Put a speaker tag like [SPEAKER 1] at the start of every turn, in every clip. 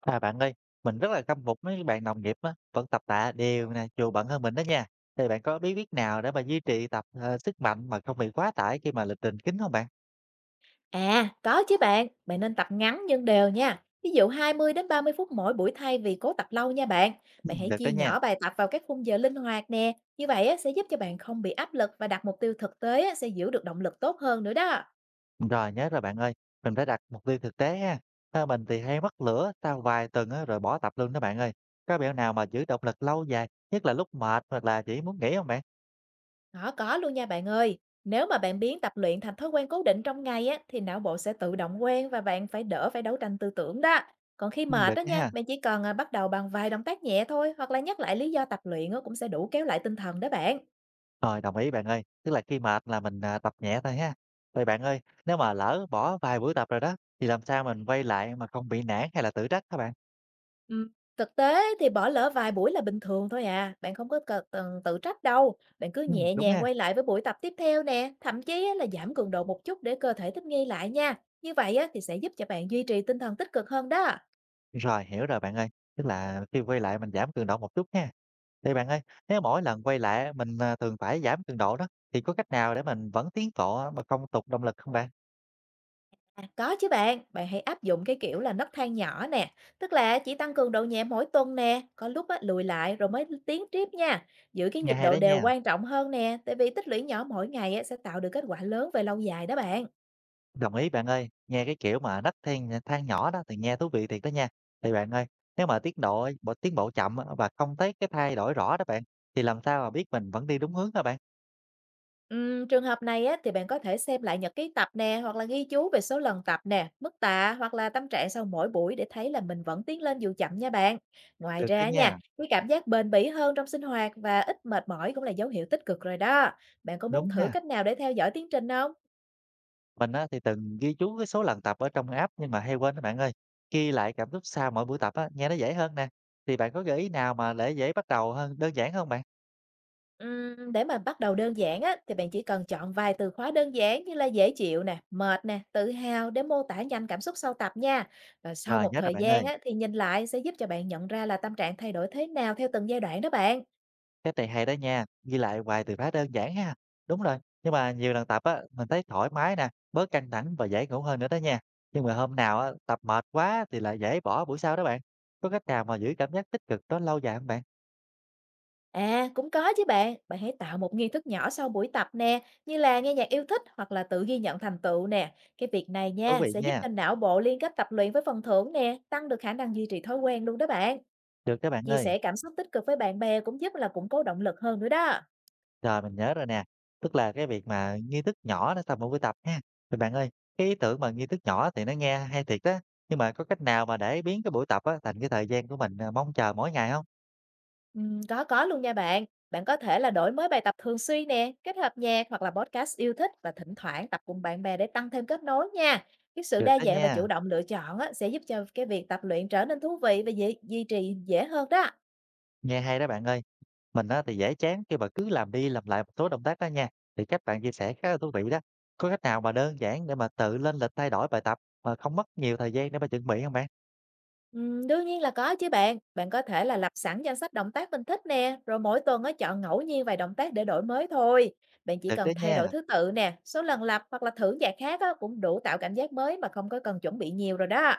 [SPEAKER 1] À bạn ơi, mình rất là khâm phục mấy bạn đồng nghiệp á, vẫn tập tạ đều nè, dù bận hơn mình đó nha. Thì bạn có bí quyết nào để mà duy trì tập sức mạnh mà không bị quá tải khi mà lịch trình kín không bạn?
[SPEAKER 2] À, có chứ bạn, bạn nên tập ngắn nhưng đều nha. Ví dụ 20 đến 30 phút mỗi buổi thay vì cố tập lâu nha bạn.
[SPEAKER 1] Ừ,
[SPEAKER 2] Bạn hãy
[SPEAKER 1] được
[SPEAKER 2] chia
[SPEAKER 1] đó nha.
[SPEAKER 2] nhỏ bài tập vào các khung giờ linh hoạt nè. Như vậy á, sẽ giúp cho bạn không bị áp lực và đặt mục tiêu thực tế á, sẽ giữ được động lực tốt hơn nữa đó.
[SPEAKER 1] Rồi nhớ rồi bạn ơi, mình phải đặt mục tiêu thực tế ha. Ờ, mình thì hay mất lửa sau vài tuần á, rồi bỏ tập luôn đó bạn ơi. Có mẹo nào mà giữ động lực lâu dài, nhất là lúc mệt hoặc là chỉ muốn nghỉ không bạn?
[SPEAKER 2] Đó có luôn nha bạn ơi. Nếu mà bạn biến tập luyện thành thói quen cố định trong ngày á, thì não bộ sẽ tự động quen và bạn phải đỡ phải đấu tranh tư tưởng đó. Còn khi
[SPEAKER 1] Ừ,
[SPEAKER 2] mệt
[SPEAKER 1] được
[SPEAKER 2] đó
[SPEAKER 1] đó
[SPEAKER 2] nha,
[SPEAKER 1] ha.
[SPEAKER 2] bạn chỉ cần bắt đầu bằng vài động tác nhẹ thôi hoặc là nhắc lại lý do tập luyện á, cũng sẽ đủ kéo lại tinh thần đó bạn.
[SPEAKER 1] Rồi, đồng ý bạn ơi. Tức là khi mệt là mình tập nhẹ thôi ha. Vậy bạn ơi, nếu mà lỡ bỏ vài buổi tập rồi đó, thì làm sao mình quay lại mà không bị nản hay là tự trách các bạn?
[SPEAKER 2] Ừm, Thực tế thì bỏ lỡ vài buổi là bình thường thôi à, bạn không có cần cần tự trách đâu, bạn cứ nhẹ
[SPEAKER 1] Đúng
[SPEAKER 2] nhàng
[SPEAKER 1] ha.
[SPEAKER 2] quay lại với buổi tập tiếp theo nè, thậm chí á là giảm cường độ một chút để cơ thể thích nghi lại nha. Như vậy á thì sẽ giúp cho bạn duy trì tinh thần tích cực hơn đó.
[SPEAKER 1] Rồi, hiểu rồi bạn ơi. Tức là khi quay lại mình giảm cường độ một chút ha. Vậy bạn ơi, nếu mỗi lần quay lại mình thường phải giảm cường độ đó, thì có cách nào để mình vẫn tiến bộ mà không tụt động lực không bạn?
[SPEAKER 2] À, có chứ bạn, bạn hãy áp dụng cái kiểu là nấc thang nhỏ nè, tức là chỉ tăng cường độ nhẹ mỗi tuần nè, có lúc á lùi lại rồi mới tiến tiếp nha. Giữ cái
[SPEAKER 1] Nghe
[SPEAKER 2] nhịp
[SPEAKER 1] hay
[SPEAKER 2] độ
[SPEAKER 1] đấy
[SPEAKER 2] đều
[SPEAKER 1] nha.
[SPEAKER 2] quan trọng hơn nè, tại vì tích lũy nhỏ mỗi ngày á sẽ tạo được kết quả lớn về lâu dài đó bạn.
[SPEAKER 1] Đồng ý bạn ơi, nghe cái kiểu mà nấc then than nhỏ đó thì nghe thú vị thiệt đó nha. Thì bạn ơi, nếu mà tiến độ bộ tiến bộ chậm á, và không thấy cái thay đổi rõ đó bạn thì làm sao mà biết mình vẫn đi đúng hướng đó bạn?
[SPEAKER 2] Trường hợp này á, thì bạn có thể xem lại nhật ký tập nè, hoặc là ghi chú về số lần tập nè, mức tạ hoặc là tâm trạng sau mỗi buổi để thấy là mình vẫn tiến lên dù chậm nha bạn. Ngoài
[SPEAKER 1] Được đó
[SPEAKER 2] ra nha,
[SPEAKER 1] nha.
[SPEAKER 2] cái cảm giác bền bỉ hơn trong sinh hoạt và ít mệt mỏi cũng là dấu hiệu tích cực rồi đó. Bạn có muốn
[SPEAKER 1] Đúng
[SPEAKER 2] thử
[SPEAKER 1] ha.
[SPEAKER 2] cách nào để theo dõi tiến trình không?
[SPEAKER 1] Mình á, thì từng ghi chú cái số lần tập ở trong app nhưng mà hay quên đó bạn ơi. Ghi lại cảm xúc sau mỗi buổi tập á, nghe nó dễ hơn nè. Thì bạn có gợi ý nào mà để dễ bắt đầu hơn, đơn giản hơn bạn?
[SPEAKER 2] Để mà bắt đầu đơn giản á, thì bạn chỉ cần chọn vài từ khóa đơn giản như là dễ chịu nè, mệt nè, tự hào để mô tả nhanh cảm xúc sau tập nha. Và sau
[SPEAKER 1] Rồi,
[SPEAKER 2] một
[SPEAKER 1] nhớ rồi
[SPEAKER 2] thời
[SPEAKER 1] bạn
[SPEAKER 2] gian
[SPEAKER 1] ơi.
[SPEAKER 2] á, thì nhìn lại sẽ giúp cho bạn nhận ra là tâm trạng thay đổi thế nào theo từng giai đoạn đó bạn.
[SPEAKER 1] Cái này hay đó nha, ghi lại hoài từ khá đơn giản ha. Đúng rồi, nhưng mà nhiều lần tập á, mình thấy thoải mái nè, bớt căng thẳng và dễ ngủ hơn nữa đó nha. Nhưng mà hôm nào á, tập mệt quá thì lại dễ bỏ buổi sau đó bạn. Có cách nào mà giữ cảm giác tích cực đó lâu dài không bạn?
[SPEAKER 2] À, cũng có chứ bạn. Bạn hãy tạo một nghi thức nhỏ sau buổi tập nè, như là nghe nhạc yêu thích hoặc là tự ghi nhận thành tựu nè. Cái việc này
[SPEAKER 1] Thú
[SPEAKER 2] nha,
[SPEAKER 1] vị
[SPEAKER 2] sẽ giúp
[SPEAKER 1] nha.
[SPEAKER 2] cho não bộ liên kết tập luyện với phần thưởng nè, tăng được khả năng duy trì thói quen luôn đó bạn.
[SPEAKER 1] Được các bạn
[SPEAKER 2] Chia
[SPEAKER 1] ơi.
[SPEAKER 2] sẻ cảm xúc tích cực với bạn bè cũng giúp là củng cố động lực hơn nữa đó.
[SPEAKER 1] Rồi mình nhớ rồi nè. Tức là cái việc mà nghi thức nhỏ nó sau mỗi buổi tập ha. Thì bạn ơi, cái ý tưởng mà nghi thức nhỏ thì nó nghe hay thiệt đó. Nhưng mà có cách nào mà để biến cái buổi tập á, thành cái thời gian của mình mong chờ mỗi ngày không?
[SPEAKER 2] Có luôn nha bạn. Bạn có thể là đổi mới bài tập thường xuyên nè, kết hợp nhạc hoặc là podcast yêu thích và thỉnh thoảng tập cùng bạn bè để tăng thêm kết nối nha. Cái sự
[SPEAKER 1] Được
[SPEAKER 2] đa
[SPEAKER 1] đó
[SPEAKER 2] dạng và
[SPEAKER 1] nha.
[SPEAKER 2] chủ động lựa chọn á, sẽ giúp cho cái việc tập luyện trở nên thú vị và dễ duy trì dễ hơn đó.
[SPEAKER 1] Nghe hay đó bạn ơi. Mình á thì dễ chán khi mà cứ làm đi làm lại một số động tác đó nha. Thì các bạn chia sẻ khá là thú vị đó. Có cách nào mà đơn giản để mà tự lên lịch thay đổi bài tập mà không mất nhiều thời gian để mà chuẩn bị không bạn?
[SPEAKER 2] Đương nhiên là có chứ bạn. Bạn có thể là lập sẵn danh sách động tác mình thích nè, rồi mỗi tuần á, chọn ngẫu nhiên vài động tác để đổi mới thôi. Bạn chỉ
[SPEAKER 1] Được
[SPEAKER 2] cần
[SPEAKER 1] đó
[SPEAKER 2] thay đổi
[SPEAKER 1] nha.
[SPEAKER 2] thứ tự nè, số lần lặp hoặc là thử dạng khác á, cũng đủ tạo cảm giác mới mà không có cần chuẩn bị nhiều rồi đó.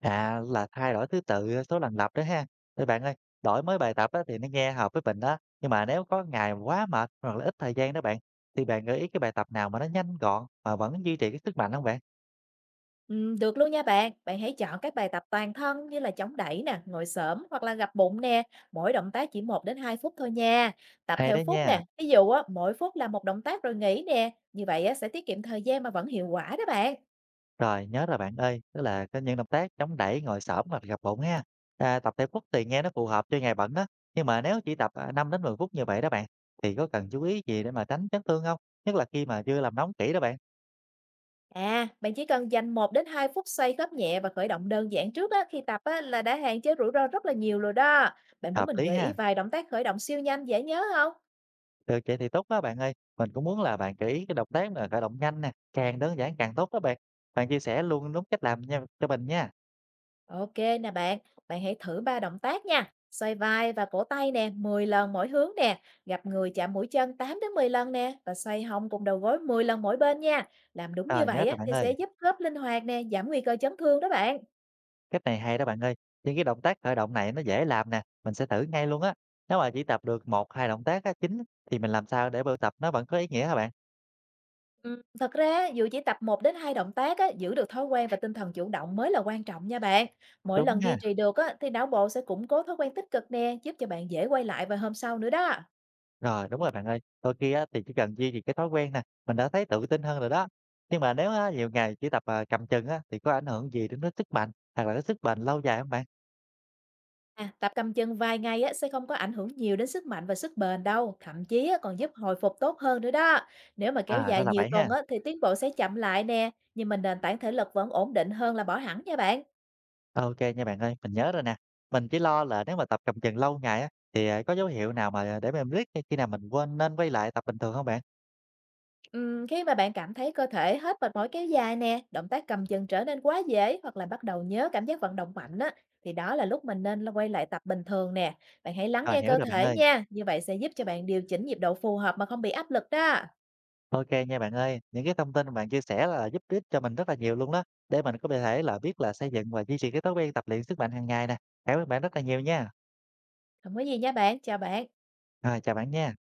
[SPEAKER 1] À là thay đổi thứ tự số lần lập đó ha. Thì bạn ơi, đổi mới bài tập á, thì nó nghe hợp với mình đó. Nhưng mà nếu có ngày quá mệt hoặc là ít thời gian đó bạn, thì bạn gợi ý cái bài tập nào mà nó nhanh gọn mà vẫn duy trì cái sức mạnh không bạn?
[SPEAKER 2] Được luôn nha bạn. Bạn hãy chọn các bài tập toàn thân như là chống đẩy nè, ngồi xổm hoặc là gập bụng nè. Mỗi động tác chỉ 1 đến 2 phút thôi nha. Tập
[SPEAKER 1] Hay
[SPEAKER 2] theo
[SPEAKER 1] đó
[SPEAKER 2] phút
[SPEAKER 1] nha.
[SPEAKER 2] nè. Ví dụ á, mỗi phút là một động tác rồi nghỉ nè. Như vậy á, sẽ tiết kiệm thời gian mà vẫn hiệu quả đó bạn.
[SPEAKER 1] Rồi, nhớ rồi bạn ơi, tức là có những động tác chống đẩy, ngồi xổm hoặc gập bụng ha. À, tập theo quốc thì nghe nó phù hợp cho ngày bận đó. Nhưng mà nếu chỉ tập 5 đến 10 phút như vậy đó bạn, thì có cần chú ý gì để mà tránh chấn thương không? Nhất là khi mà chưa làm nóng kỹ đó bạn.
[SPEAKER 2] À, bạn chỉ cần dành 1 đến 2 phút xoay khớp nhẹ và khởi động đơn giản trước á, khi tập á, là đã hạn chế rủi ro rất là nhiều rồi đó. Bạn muốn
[SPEAKER 1] Hợp
[SPEAKER 2] mình
[SPEAKER 1] lý
[SPEAKER 2] gợi ý
[SPEAKER 1] ha.
[SPEAKER 2] vài động tác khởi động siêu nhanh dễ nhớ không?
[SPEAKER 1] Được vậy thì tốt quá bạn ơi. Mình cũng muốn là bạn kỹ cái động tác là khởi động nhanh nè, càng đơn giản càng tốt đó bạn. Bạn chia sẻ luôn đúng cách làm nha cho mình nha.
[SPEAKER 2] Ok nè bạn, bạn hãy thử ba động tác nha. Xoay vai và cổ tay nè, 10 lần mỗi hướng nè. Gặp người chạm mũi chân 8 đến 10 lần nè và xoay hông cùng đầu gối 10 lần mỗi bên nha. Làm đúng như
[SPEAKER 1] Rồi, nhớ
[SPEAKER 2] vậy á
[SPEAKER 1] rồi bạn
[SPEAKER 2] thì sẽ
[SPEAKER 1] ơi.
[SPEAKER 2] giúp khớp linh hoạt nè, giảm nguy cơ chấn thương đó bạn.
[SPEAKER 1] Cách này hay đó bạn ơi, những cái động tác khởi động này nó dễ làm nè, mình sẽ thử ngay luôn á. Nếu mà chỉ tập được một hai động tác á, chính thì mình làm sao để bài tập nó vẫn có ý nghĩa hả bạn?
[SPEAKER 2] Ừ, thật ra dù chỉ tập một đến 2 động tác á, giữ được thói quen và tinh thần chủ động mới là quan trọng nha bạn. Mỗi
[SPEAKER 1] Đúng
[SPEAKER 2] lần duy
[SPEAKER 1] ha.
[SPEAKER 2] trì được á thì não bộ sẽ củng cố thói quen tích cực nè, giúp cho bạn dễ quay lại vào hôm sau nữa đó.
[SPEAKER 1] Rồi đúng rồi bạn ơi, đôi khi á, thì chỉ cần duy trì cái thói quen nè, mình đã thấy tự tin hơn rồi đó. Nhưng mà nếu á, nhiều ngày chỉ tập cầm chừng á, thì có ảnh hưởng gì đến cái sức mạnh hoặc là cái sức bền lâu dài không bạn?
[SPEAKER 2] À, tập cầm chân vài ngày á, sẽ không có ảnh hưởng nhiều đến sức mạnh và sức bền đâu, thậm chí á, còn giúp hồi phục tốt hơn nữa đó. Nếu mà kéo
[SPEAKER 1] À đó
[SPEAKER 2] dài
[SPEAKER 1] là
[SPEAKER 2] nhiều
[SPEAKER 1] vậy
[SPEAKER 2] tuần
[SPEAKER 1] ha.
[SPEAKER 2] á, thì tiến bộ sẽ chậm lại nè, nhưng mà nền tảng thể lực vẫn ổn định hơn là bỏ hẳn nha bạn.
[SPEAKER 1] OK nha bạn ơi, mình nhớ rồi nè. Mình chỉ lo là nếu mà tập cầm chừng lâu ngày á, thì có dấu hiệu nào mà để mình biết khi nào mình quên nên quay lại tập bình thường không bạn?
[SPEAKER 2] Khi mà bạn cảm thấy cơ thể hết mệt mỏi kéo dài nè, động tác cầm chân trở nên quá dễ hoặc là bắt đầu nhớ cảm giác vận động mạnh á, thì đó là lúc mình nên là quay lại tập bình thường nè. Bạn hãy lắng
[SPEAKER 1] Rồi
[SPEAKER 2] nghe
[SPEAKER 1] hiểu
[SPEAKER 2] cơ
[SPEAKER 1] rồi bạn
[SPEAKER 2] thể
[SPEAKER 1] ơi.
[SPEAKER 2] nha, như vậy sẽ giúp cho bạn điều chỉnh nhịp độ phù hợp mà không bị áp lực đó.
[SPEAKER 1] OK nha bạn ơi, những cái thông tin mà bạn chia sẻ là giúp ích cho mình rất là nhiều luôn đó, để mình có thể là biết là xây dựng và duy trì cái thói quen tập luyện sức mạnh hàng ngày nè. Cảm ơn bạn rất là nhiều nha.
[SPEAKER 2] Không có gì nha bạn, chào bạn.
[SPEAKER 1] Rồi, chào bạn nha.